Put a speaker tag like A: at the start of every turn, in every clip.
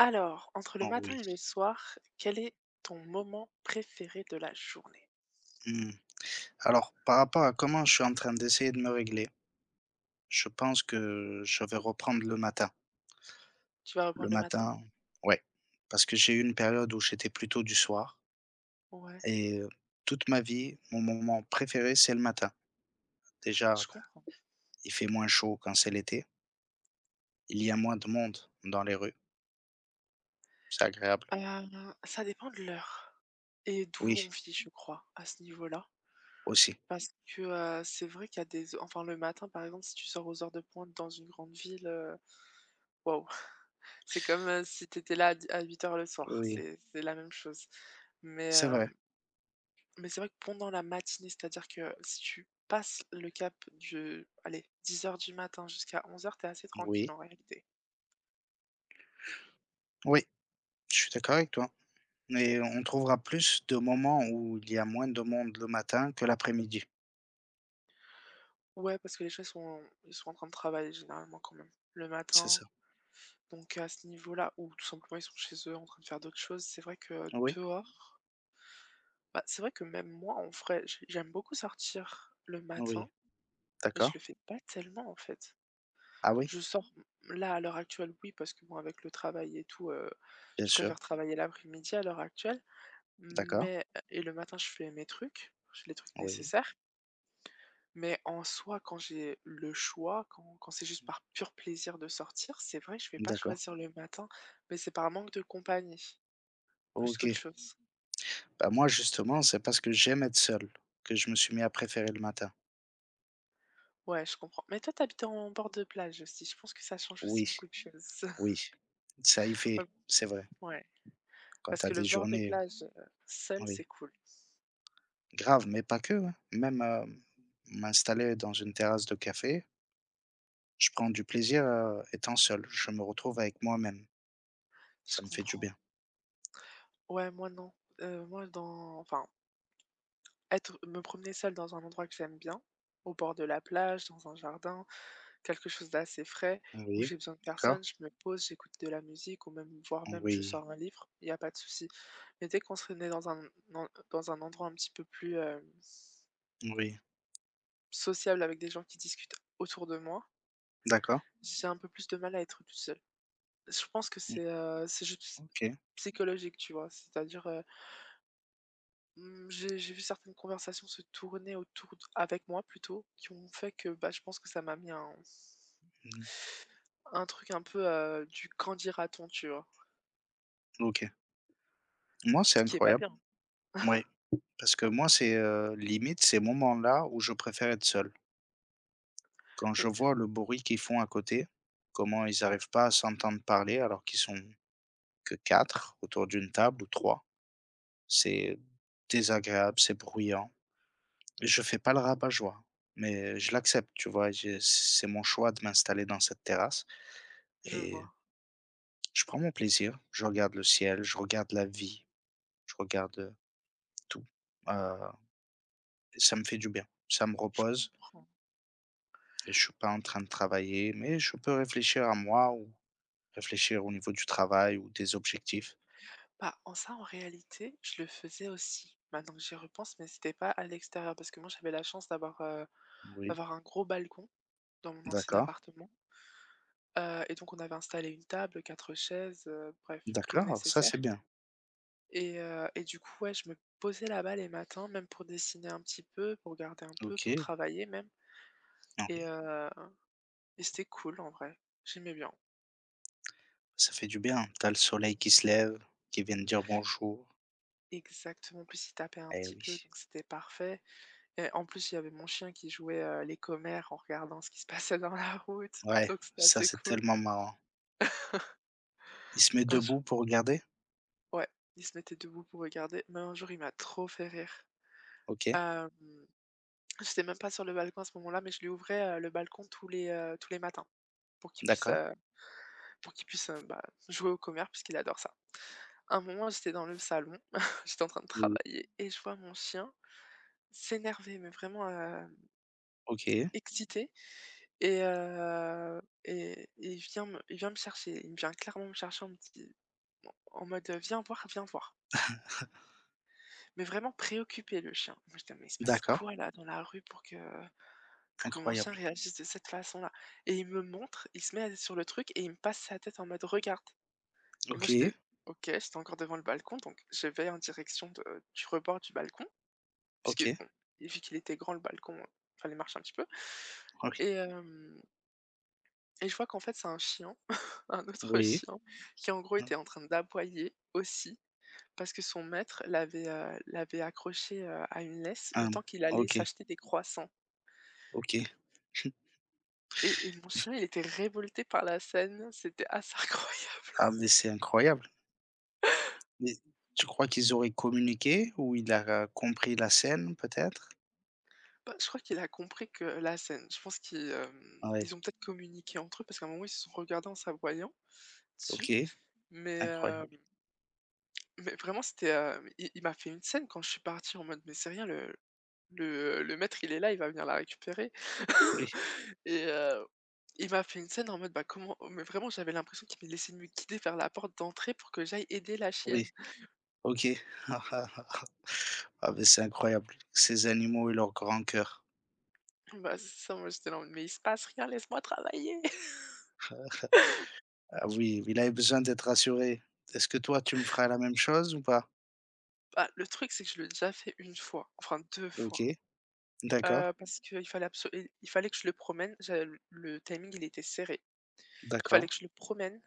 A: Alors, entre le
B: Oh
A: matin
B: oui,
A: et le soir, quel est ton moment préféré de la journée?
B: mmh. Alors, par rapport à comment je suis en train d'essayer de me régler, je pense que je vais reprendre le matin.
A: Tu vas
B: Le
A: reprendre le matin?
B: matin, ouais, parce que j'ai eu une période où j'étais plutôt du soir
A: Ouais,
B: et toute ma vie, mon moment préféré, c'est le matin. Déjà,
A: je
B: bah,
A: comprends.
B: il fait moins chaud quand c'est l'été, il y a moins de monde dans les rues, c'est agréable.
A: Ça dépend de l'heure et d'où on
B: Oui,
A: vit, je crois, à ce niveau-là.
B: aussi,
A: Parce que c'est vrai qu'il y a le matin, par exemple, si tu sors aux heures de pointe dans une grande ville, waouh, c'est comme, si tu étais là à 8 heures le soir,
B: oui,
A: c'est la même chose. Mais,
B: c'est vrai.
A: hem Mais c'est vrai que pendant la matinée, c'est-à-dire que si tu passes le cap du allez, 10 heures du matin jusqu'à 11 heures, t'es assez tranquille
B: Oui,
A: en réalité.
B: oui, je suis d'accord avec toi, mais on trouvera plus de moments où il y a moins de monde le matin que l'après-midi,
A: Ouais, parce que les gens, ils sont en train de travailler généralement quand même le
B: c'est
A: matin.
B: ça.
A: Donc à ce niveau-là, ou tout simplement ils sont chez eux en train de faire d'autres choses, c'est vrai que
B: Oui,
A: dehors, bah, c'est vrai que même moi en vrai, j'aime beaucoup sortir le matin,
B: oui,
A: mais je
B: d'accord.
A: le fais pas tellement en fait.
B: Ah oui,
A: Je sors là à l'heure actuelle, oui, parce que bon, avec le travail et tout,
B: bien
A: je
B: sûr,
A: préfère travailler l'après-midi à l'heure actuelle.
B: d'accord,
A: Mais et le matin, je fais mes trucs, j'ai les trucs
B: oui,
A: nécessaires. Mais en soi, quand j'ai le choix, quand c'est juste par pur plaisir de sortir, c'est vrai que je vais pas
B: d'accord.
A: choisir le matin, mais c'est par manque de compagnie, plus qu'autre
B: OK.
A: chose.
B: Bah, moi, justement, c'est parce que j'aime être seul que je me suis mis à préférer le matin.
A: Ouais, je comprends. Mais toi, t'habites en bord de plage aussi. Je pense que ça change aussi
B: Oui,
A: beaucoup de choses.
B: oui, ça y
A: Ouais,
B: fait, c'est vrai.
A: ouais.
B: Quand
A: Parce
B: tu as
A: que
B: des
A: le bord de
B: journées,
A: plage, seul,
B: Oui,
A: c'est cool.
B: grave, mais pas que, hein. M'installer dans une terrasse de café, je prends du plaisir, étant seul. Je me retrouve avec moi-même.
A: Je
B: Ça me fait du
A: comprends.
B: bien.
A: Ouais, moi non. Euh, moi, dans, enfin, être, me promener seule dans un endroit que j'aime bien, au bord de la plage, dans un jardin, quelque chose d'assez frais, où
B: Oui,
A: j'ai besoin de
B: d'accord,
A: personne, je me pose, j'écoute de la musique ou même voire même je
B: oui,
A: sors un livre, il y a pas de souci. Mais dès qu'on se met dans un endroit un petit peu plus,
B: oui,
A: sociable, avec des gens qui discutent autour de moi,
B: d'accord,
A: j'ai un peu plus de mal à être toute seule. Je pense que
B: mmh,
A: c'est juste ps
B: OK,
A: psychologique, tu vois? J'ai vu certaines conversations se tourner autour d avec moi plutôt, qui ont fait que, bah, je pense que ça m'a mis un
B: mmh,
A: un truc un peu, du «quand dira-t-on», tu vois?
B: OK. Moi, c'est
A: Ce qui est pas
B: incroyable.
A: bien.
B: Mouais, parce que moi, limite ces moments-là où je préfère être seul. Quand
A: Heu
B: je
A: heu,
B: vois le bruit qu'ils font à côté, comment ils n'arrivent pas à s'entendre parler alors qu'ils sont que 4 autour d'une table ou 3, c'est désagréable, c'est bruyant. Je fais pas le rabat-joie, mais je l'accepte, tu vois? J'ai c'est mon choix de m'installer dans cette terrasse
A: je
B: et
A: vois.
B: je prends mon plaisir. Je regarde le ciel, je regarde la vie, je regarde tout, heu, ça me fait du bien, ça me
A: Je
B: repose.
A: comprends.
B: Et je suis pas en train de travailler, mais je peux réfléchir à moi ou réfléchir au niveau du travail ou des objectifs.
A: Bah, en ça, en réalité, je le faisais aussi. Maintenant que j'y repense, mais c'était pas à l'extérieur parce que moi, j'avais la chance d'avoir, heu,
B: Oui,
A: d'avoir un gros balcon dans mon ancien
B: d'accord,
A: appartement, et donc on avait installé une table, 4 chaises, bref, tout le
B: d'accord, ça c'est
A: nécessaire,
B: bien.
A: et du coup, ouais, je me posais là-bas les matins, même pour dessiner un petit peu, pour regarder un peu, pour
B: OK,
A: travailler même,
B: ah
A: et
B: oui,
A: heu et c'était cool en vrai. J'aimais bien.
B: ça fait du bien. T'as le soleil qui se lève, qui vient de dire bonjour.
A: Exactement, en plus, il tapait un
B: Eh
A: petit peu,
B: oui,
A: donc c'était parfait. Et en plus, il y avait mon chien qui jouait, les commères, en regardant ce qui se passait dans la route,
B: ouais,
A: donc c'était
B: ça
A: assez
B: c'est
A: cool.
B: tellement marrant. Il se met
A: Un jour
B: debout pour regarder?
A: ouais, il se mettait debout pour regarder, mais un jour, il m'a trop fait rire.
B: OK,
A: Hem, j'étais même pas sur le balcon à ce moment-là, mais je lui ouvrais, le balcon tous les matins pour qu'il puisse,
B: d'accord.
A: bah, jouer aux commères puisqu'il adore ça. Un moment, j'étais dans le salon, j'étais en train de
B: Oui.
A: travailler et je vois mon chien s'énerver, mais vraiment,
B: OK,
A: excité. Et il vient me chercher. Il vient clairement me chercher en me di en mode, «Viens voir, viens voir». Mais vraiment préoccupé, le chien. Moi j'étais: «Mais il se passe
B: d'accord,
A: quoi là dans la rue pour que mon chien
B: incroyable.
A: réagisse de cette façon-là?» Et il me montre, il se met sur le truc et il me passe sa tête en mode: «Regarde». Et moi j'étais
B: OK,
A: OK, j'étais encore devant le balcon donc je vais en direction de du rebord du balcon puisque
B: OK,
A: bon, vu qu'il était grand le balcon, il fallait marcher un petit peu,
B: OK,
A: et hem et je vois qu'en fait, c'est un chien, un autre
B: oui,
A: chien, qui en gros était en train d'aboyer aussi, parce que son maître l'avait accroché, à une laisse le
B: hein,
A: temps qu'il allait
B: OK,
A: s'acheter des croissants.
B: OK.
A: Et mon chien, il était révolté par la scène, c'était assez incroyable.
B: Ah mais c'est incroyable. Mais tu crois qu'ils auraient communiqué ou il a compris la scène peut-être?
A: Bah, je crois qu'il a compris que la scène, je pense qu'ils euh,
B: Oui.
A: ils ont peut-être communiqué entre eux, parce qu'à un moment, ils se sont regardés en s'aboyant dessus,
B: OK,
A: mais, euh,
B: incroyable.
A: mais vraiment, c'était, il m'a fait une scène quand je suis partie en mode: «Mais c'est rien, le maître, il est là, il va venir la récupérer.»
B: Oui,
A: Et heu, il m'a fait une scène en mode, bah, mais vraiment j'avais l'impression qu'il me laissait me guider vers la porte d'entrée pour que j'aille aider la chienne.
B: oui, OK. Ah mais c'est incroyable, ces animaux et leur grand cœur.
A: Bah, c'est ça, moi j'étais là en mode: «Mais il se passe rien, laisse-moi travailler!»
B: Ah oui, il avait besoin d'être rassuré. Est-ce que toi, tu me feras la même chose ou pas?
A: Bah, le truc c'est que je l'ai déjà fait une fois, enfin 2
B: OK,
A: fois,
B: d'accord,
A: parce qu'il fallait abso il fallait que je le promène, j'avais le timing, il était serré. Il fallait
B: d'accord.
A: que je le promène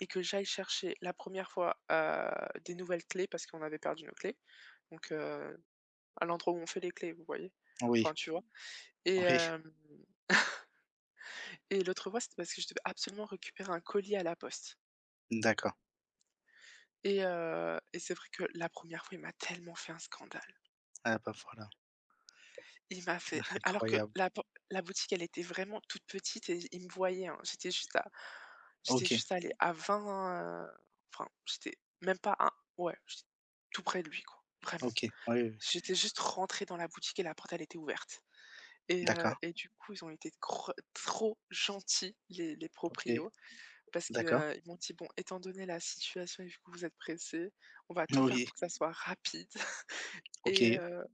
A: et que j'aille chercher la première fois, des nouvelles clés parce qu'on avait perdu nos clés, donc heu, à l'endroit où on fait les clés, vous voyez? Enfin,
B: Oui,
A: tu vois? Et
B: oui,
A: hem Et l'autre fois, c'était parce que je devais absolument récupérer un colis à la poste.
B: d'accord.
A: Et c'est vrai que la première fois, il m'a tellement fait un scandale.
B: Ah bah, voilà,
A: Il m'a fait, mais alors que
B: incroyable.
A: la boutique, elle était vraiment toute petite et il me voyait, hein. J'étais
B: OK,
A: juste allée à 20. Enfin, j'étais même pas à ouais, j'étais tout près de lui, quoi, vraiment.
B: OK, oui, oui, oui,
A: J'étais juste rentrée dans la boutique et la porte, elle était ouverte. Et heu,
B: d'accord,
A: et du coup, ils ont été gr trop gentils, les
B: OK,
A: proprios. Parce que,
B: d'accord.
A: ils m'ont dit: «Bon, étant donné la situation et vu que vous êtes pressé, on va tout faire
B: Oui,
A: pour que ça soit rapide et
B: OK,
A: heu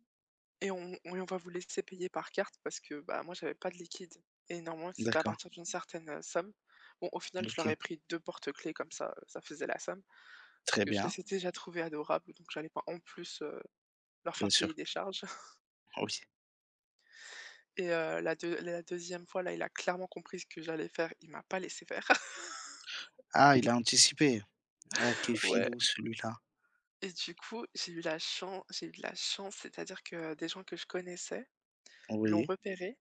A: et on va vous laisser payer par carte» parce que, bah, moi, j'avais pas de liquide et normalement, c'était à
B: d'accord,
A: partir d'une certaine, somme. Bon, au final, je leur ai
B: OK.
A: pris 2 porte-clés comme ça faisait la somme parce
B: Très
A: que je
B: bien,
A: les ai déjà trouvés adorables, donc j'allais pas en plus, leur faire
B: bien sûr.
A: payer des charges.
B: Oui.
A: Et la 2e fois, là, il a clairement compris ce que j'allais faire, il m'a pas laissé faire.
B: Ah, il a anticipé. Ah, quel
A: Ouais.
B: filou celui-là.
A: Et du coup, j'ai eu de la chance, c'est-à-dire que des gens que je connaissais l'ont
B: Oui,
A: repéré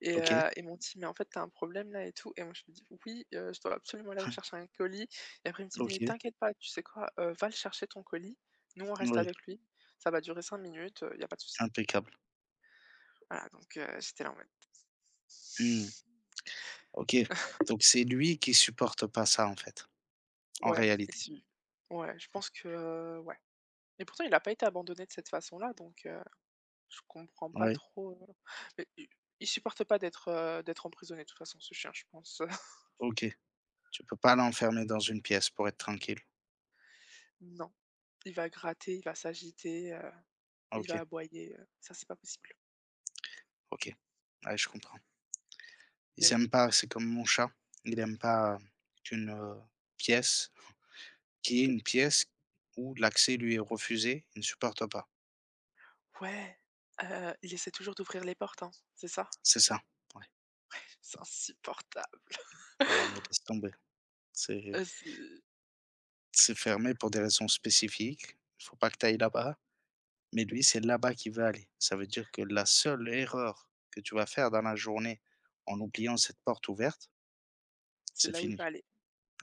A: et
B: OK.
A: heu et m'ont dit: «Mais en fait, t'as un problème là et tout» et moi je me dis: «Oui, je dois absolument aller rechercher un colis» et après il me dit:
B: OK,
A: «Mais t'inquiète pas, tu sais quoi? Va le chercher ton colis, nous on reste
B: oui,
A: avec lui, ça va durer 5 minutes, il y a pas de souci».
B: impeccable.
A: Voilà, donc j'étais là en mode
B: Mmh. OK, donc c'est lui qui supporte pas ça, en fait, en
A: ouais et
B: réalité?
A: si ouais, je pense que, ouais, et pourtant il a pas été abandonné de cette façon-là donc je comprends pas
B: Oui,
A: trop, mais i il supporte pas d'être emprisonné de toute façon, ce chien, je pense.
B: OK. Tu peux pas l'enfermer dans une pièce pour être tranquille.
A: Non, il va gratter, il va s'agiter, il va
B: OK,
A: aboyer, ça c'est pas possible.
B: OK. Ouais, je comprends.
A: Mais
B: Ils
A: bon.
B: aiment pas, c'est comme mon chat, il aime pas qu'une, pièce qu'il y ait une pièce où l'accès lui est refusé, il ne supporte pas.
A: Ouais, il essaie toujours d'ouvrir les portes, hein, c'est ça?
B: C'est ça, ouais.
A: C'est insupportable.
B: Ah mais laisse tomber, c'est
A: C'est
B: C'est fermé pour des raisons spécifiques. Il faut pas que tu ailles là-bas, mais lui, c'est là-bas qu'il veut aller. Ça veut dire que la seule erreur que tu vas faire dans la journée en oubliant cette porte ouverte, c'est
A: là où il va
B: fini.
A: aller.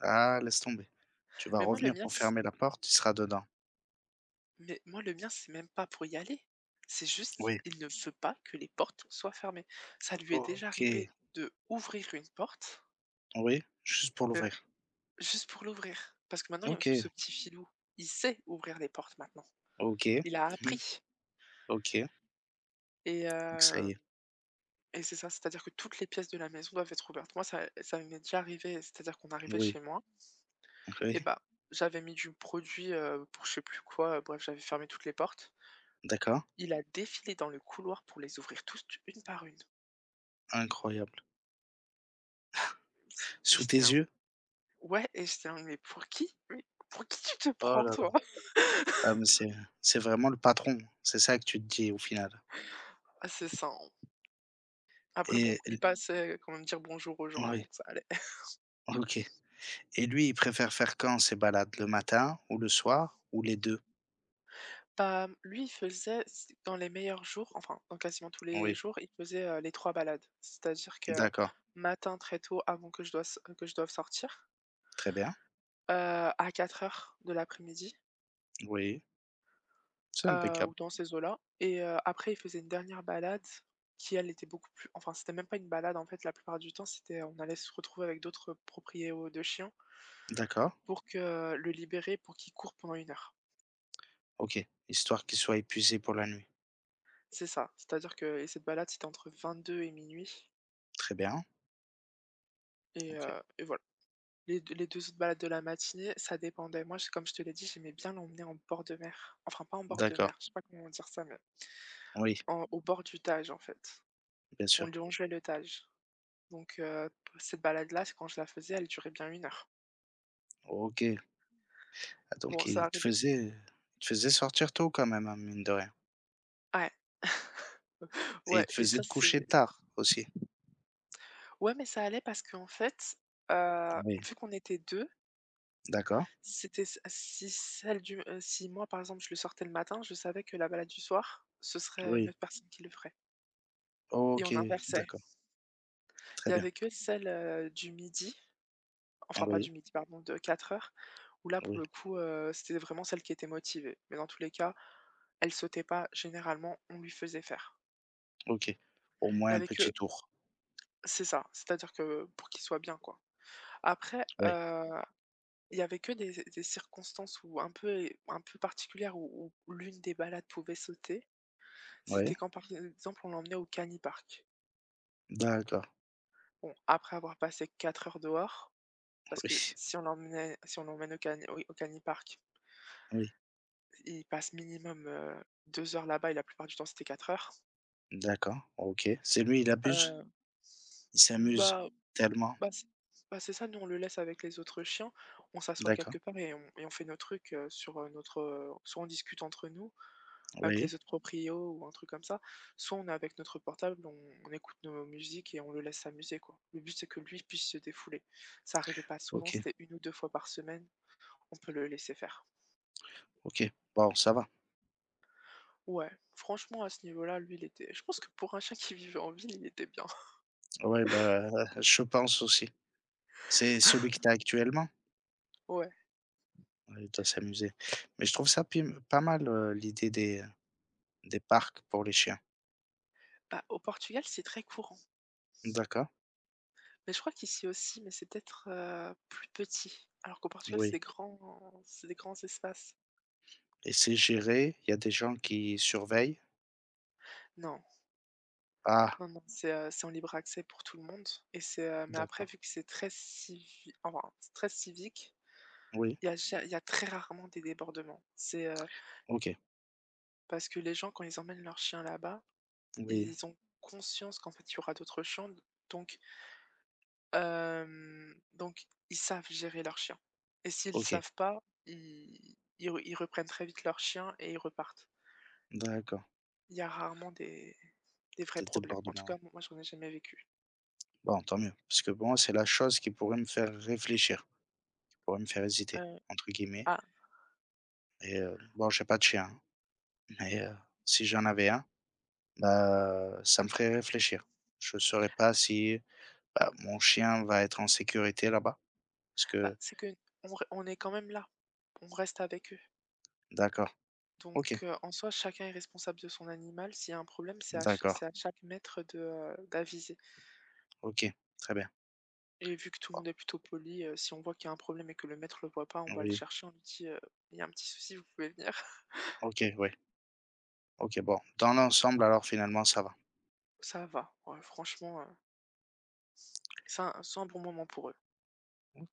B: Ah, laisse tomber. Tu vas
A: Mais moi le
B: revenir
A: mien
B: pour
A: c
B: fermer la porte, il sera dedans.
A: mais moi le mien, c'est même pas pour y aller. C'est juste,
B: Oui.
A: il ne veut pas que les portes soient fermées. Ça lui est déjà
B: OK.
A: arrivé de ouvrir une porte,
B: Oui, juste pour l'ouvrir.
A: juste pour l'ouvrir, parce que maintenant il y a ce
B: OK,
A: ce petit filou, il sait ouvrir les portes maintenant.
B: OK,
A: Il a
B: mmh,
A: appris
B: OK.
A: et
B: Donc ça y
A: heu
B: est.
A: et c'est ça, c'est-à-dire que toutes les pièces de la maison doivent être ouvertes. Moi ça m'est déjà arrivé, c'est-à-dire qu'on arrivait
B: Oui,
A: chez moi et
B: oui,
A: bah, j'avais mis du produit, pour je sais plus quoi, bref, j'avais fermé toutes les portes.
B: d'accord,
A: Il a défilé dans le couloir pour les ouvrir toutes une par une.
B: incroyable.
A: Mais
B: Sous tes
A: c'était là,
B: yeux?
A: ouais, et j'étais là: Mais pour qui tu te
B: Oh
A: prends,
B: là là.
A: toi?»
B: Ah mais c'est vraiment le patron, c'est ça que tu te dis au final
A: Ah c'est ça, hein. Après bon,
B: et
A: il passait quand même dire bonjour aux gens,
B: oui,
A: donc ça allait.
B: OK, et lui, il préfère faire quand ces balades? Le matin ou le soir ou les deux?
A: Bah, lui, il faisait c dans les meilleurs jours, enfin, dans quasiment tous les
B: Oui,
A: jours, il faisait, les 3 balades. C'est-à-dire que
B: d'accord,
A: matin très tôt avant que je dois que je doive sortir,
B: très bien.
A: heu, à 4 heures de l'après-midi,
B: Oui, c'est
A: ou
B: impeccable.
A: dans ces eaux-là, et après il faisait une dernière balade qui, elle, était beaucoup plus, enfin, c'était même pas une balade en fait la plupart du temps. C'était on allait se retrouver avec d'autres propriétaires de chiens
B: D'accord,
A: pour que le libérer pour qu'il court pendant 1 heure.
B: OK, histoire qu'il soit épuisé pour la nuit.
A: C'est ça, c'est-à-dire que, et cette balade c'était entre 22:00 et 00:00,
B: Très bien,
A: et
B: OK.
A: heu, et voilà. Les 2 autres balades de la matinée, ça dépendait. Moi, j comme je te l'ai dit, j'aimais bien l'emmener en bord de mer. Enfin, pas en bord de
B: D'accord,
A: mer, je sais pas comment dire ça, mais
B: oui,
A: en au bord du Tage, en fait.
B: bien
A: On
B: sûr.
A: longeait le Tage. Donc, cette balade-là, c'est quand je la faisais, elle durait bien 1 heure.
B: OK, ah
A: Bon,
B: donc
A: ça arrivait.
B: il te faisait sortir tôt quand même, hein, mine de rien,
A: Ouais,
B: et
A: ouais,
B: il te
A: et
B: faisait
A: ça,
B: te coucher
A: c'est
B: tard aussi?
A: ouais, mais ça allait parce qu'en fait,
B: Oui,
A: vu qu'on était 2,
B: d'accord,
A: c'était c si celle du si moi, par exemple, je le sortais le matin, je savais que la balade du soir, ce serait une
B: oui.
A: autre personne qui le ferait, et on
B: OK,
A: inversait.
B: d'accord,
A: Il
B: très
A: y
B: bien.
A: avait que celle, du midi, enfin pas
B: Oui,
A: du midi, pardon, de 4 heures, où là pour
B: oui,
A: le coup, c'était vraiment celle qui était motivée. Mais dans tous les cas, elle sautait pas, généralement, on lui faisait faire.
B: OK. Au
A: Il
B: moins
A: y
B: un
A: avait que
B: petit tour.
A: C'est ça, c'est-à-dire que pour qu'il soit bien, quoi. Après,
B: Oui,
A: il y avait que des circonstances où un peu particulières où l'une des balades pouvait sauter.
B: oui,
A: C'était quand, par exemple, on l'emmenait au Canipark.
B: d'accord.
A: Bon, après avoir passé 4 heures dehors, parce que
B: Oui,
A: si on l'emmène au Cani au au Cani park.
B: oui,
A: Il passe minimum, 2 heures là-bas, et la plupart du temps, c'était 4 heures.
B: d'accord, OK. C'est lui, il abuse?
A: Mmh.
B: Il
A: mmh,
B: s'amuse
A: bah
B: tellement?
A: bah, c'est ça, nous, on le laisse avec les autres chiens. On s'assoit
B: D'accord,
A: quelque part et on fait nos trucs, soit on discute entre nous avec
B: oui,
A: les autres proprios ou un truc comme ça, soit on est avec notre portable, on écoute nos musiques et on le laisse s'amuser, quoi. Le but, c'est que lui puisse se défouler. Ça arrivait pas souvent,
B: OK,
A: c'était une ou 2 fois par semaine. On peut le laisser faire.
B: OK. Bon, ça va.
A: Ouais, franchement, à ce niveau-là, lui, il était je pense que pour un chien qui vivait en ville, il était bien.
B: Oui, bah, je pense aussi. C'est celui que tu as actuellement?
A: Ouais,
B: Ouais, il doit s'amuser. Mais je trouve ça pim pas mal, l'idée des parcs pour les chiens.
A: bah, au Portugal, c'est très courant.
B: D'accord,
A: Mais je crois qu'ici aussi, mais c'est peut-être, plus petit. Alors qu'au Portugal,
B: oui,
A: c'est des grands espaces.
B: et c'est géré? Il y a des gens qui surveillent?
A: Non,
B: Ah,
A: non, non, c'est en libre accès pour tout le monde, et mais après
B: d'accord,
A: vu que c'est très civi enfin, c'est très civique,
B: oui,
A: il y a très rarement des débordements. C'est,
B: OK,
A: parce que les gens quand ils emmènent leurs chiens là-bas,
B: oui,
A: ils ont conscience qu'en fait il y aura d'autres chiens, donc ils savent gérer leur chien, et s'ils ne
B: OK,
A: savent pas, ils reprennent très vite leur chien et ils repartent.
B: d'accord,
A: Il y a rarement des vrais
B: des
A: problèmes. En tout
B: débordements.
A: cas, moi j'en ai jamais vécu.
B: Bon, tant mieux, parce que bon, c'est la chose qui pourrait me faire réfléchir. Pour me faire hésiter,
A: Heu,
B: entre guillemets,
A: ah,
B: et bon, j'ai pas de chien, mais si j'en avais un, bah, ça me ferait réfléchir. Je saurais pas si, bah, mon chien va être en sécurité là-bas parce
A: bah,
B: que
A: c'est qu'on re on est quand même là. On reste avec eux.
B: d'accord, OK,
A: Donc, en soi, chacun est responsable de son animal. S'il y a un problème,
B: d'accord,
A: c'est à chaque maître de, d'aviser,
B: OK, très bien.
A: et vu que tout le
B: Bon,
A: monde est plutôt poli, si on voit qu'il y a un problème et que le maître le voit pas, on va le
B: oui,
A: chercher, on lui dit: «Il y a un petit souci, vous pouvez venir».
B: OK, oui, OK, bon, dans l'ensemble alors finalement ça va.
A: Ça va, ouais, franchement, c'est un bon moment pour eux.
B: OK.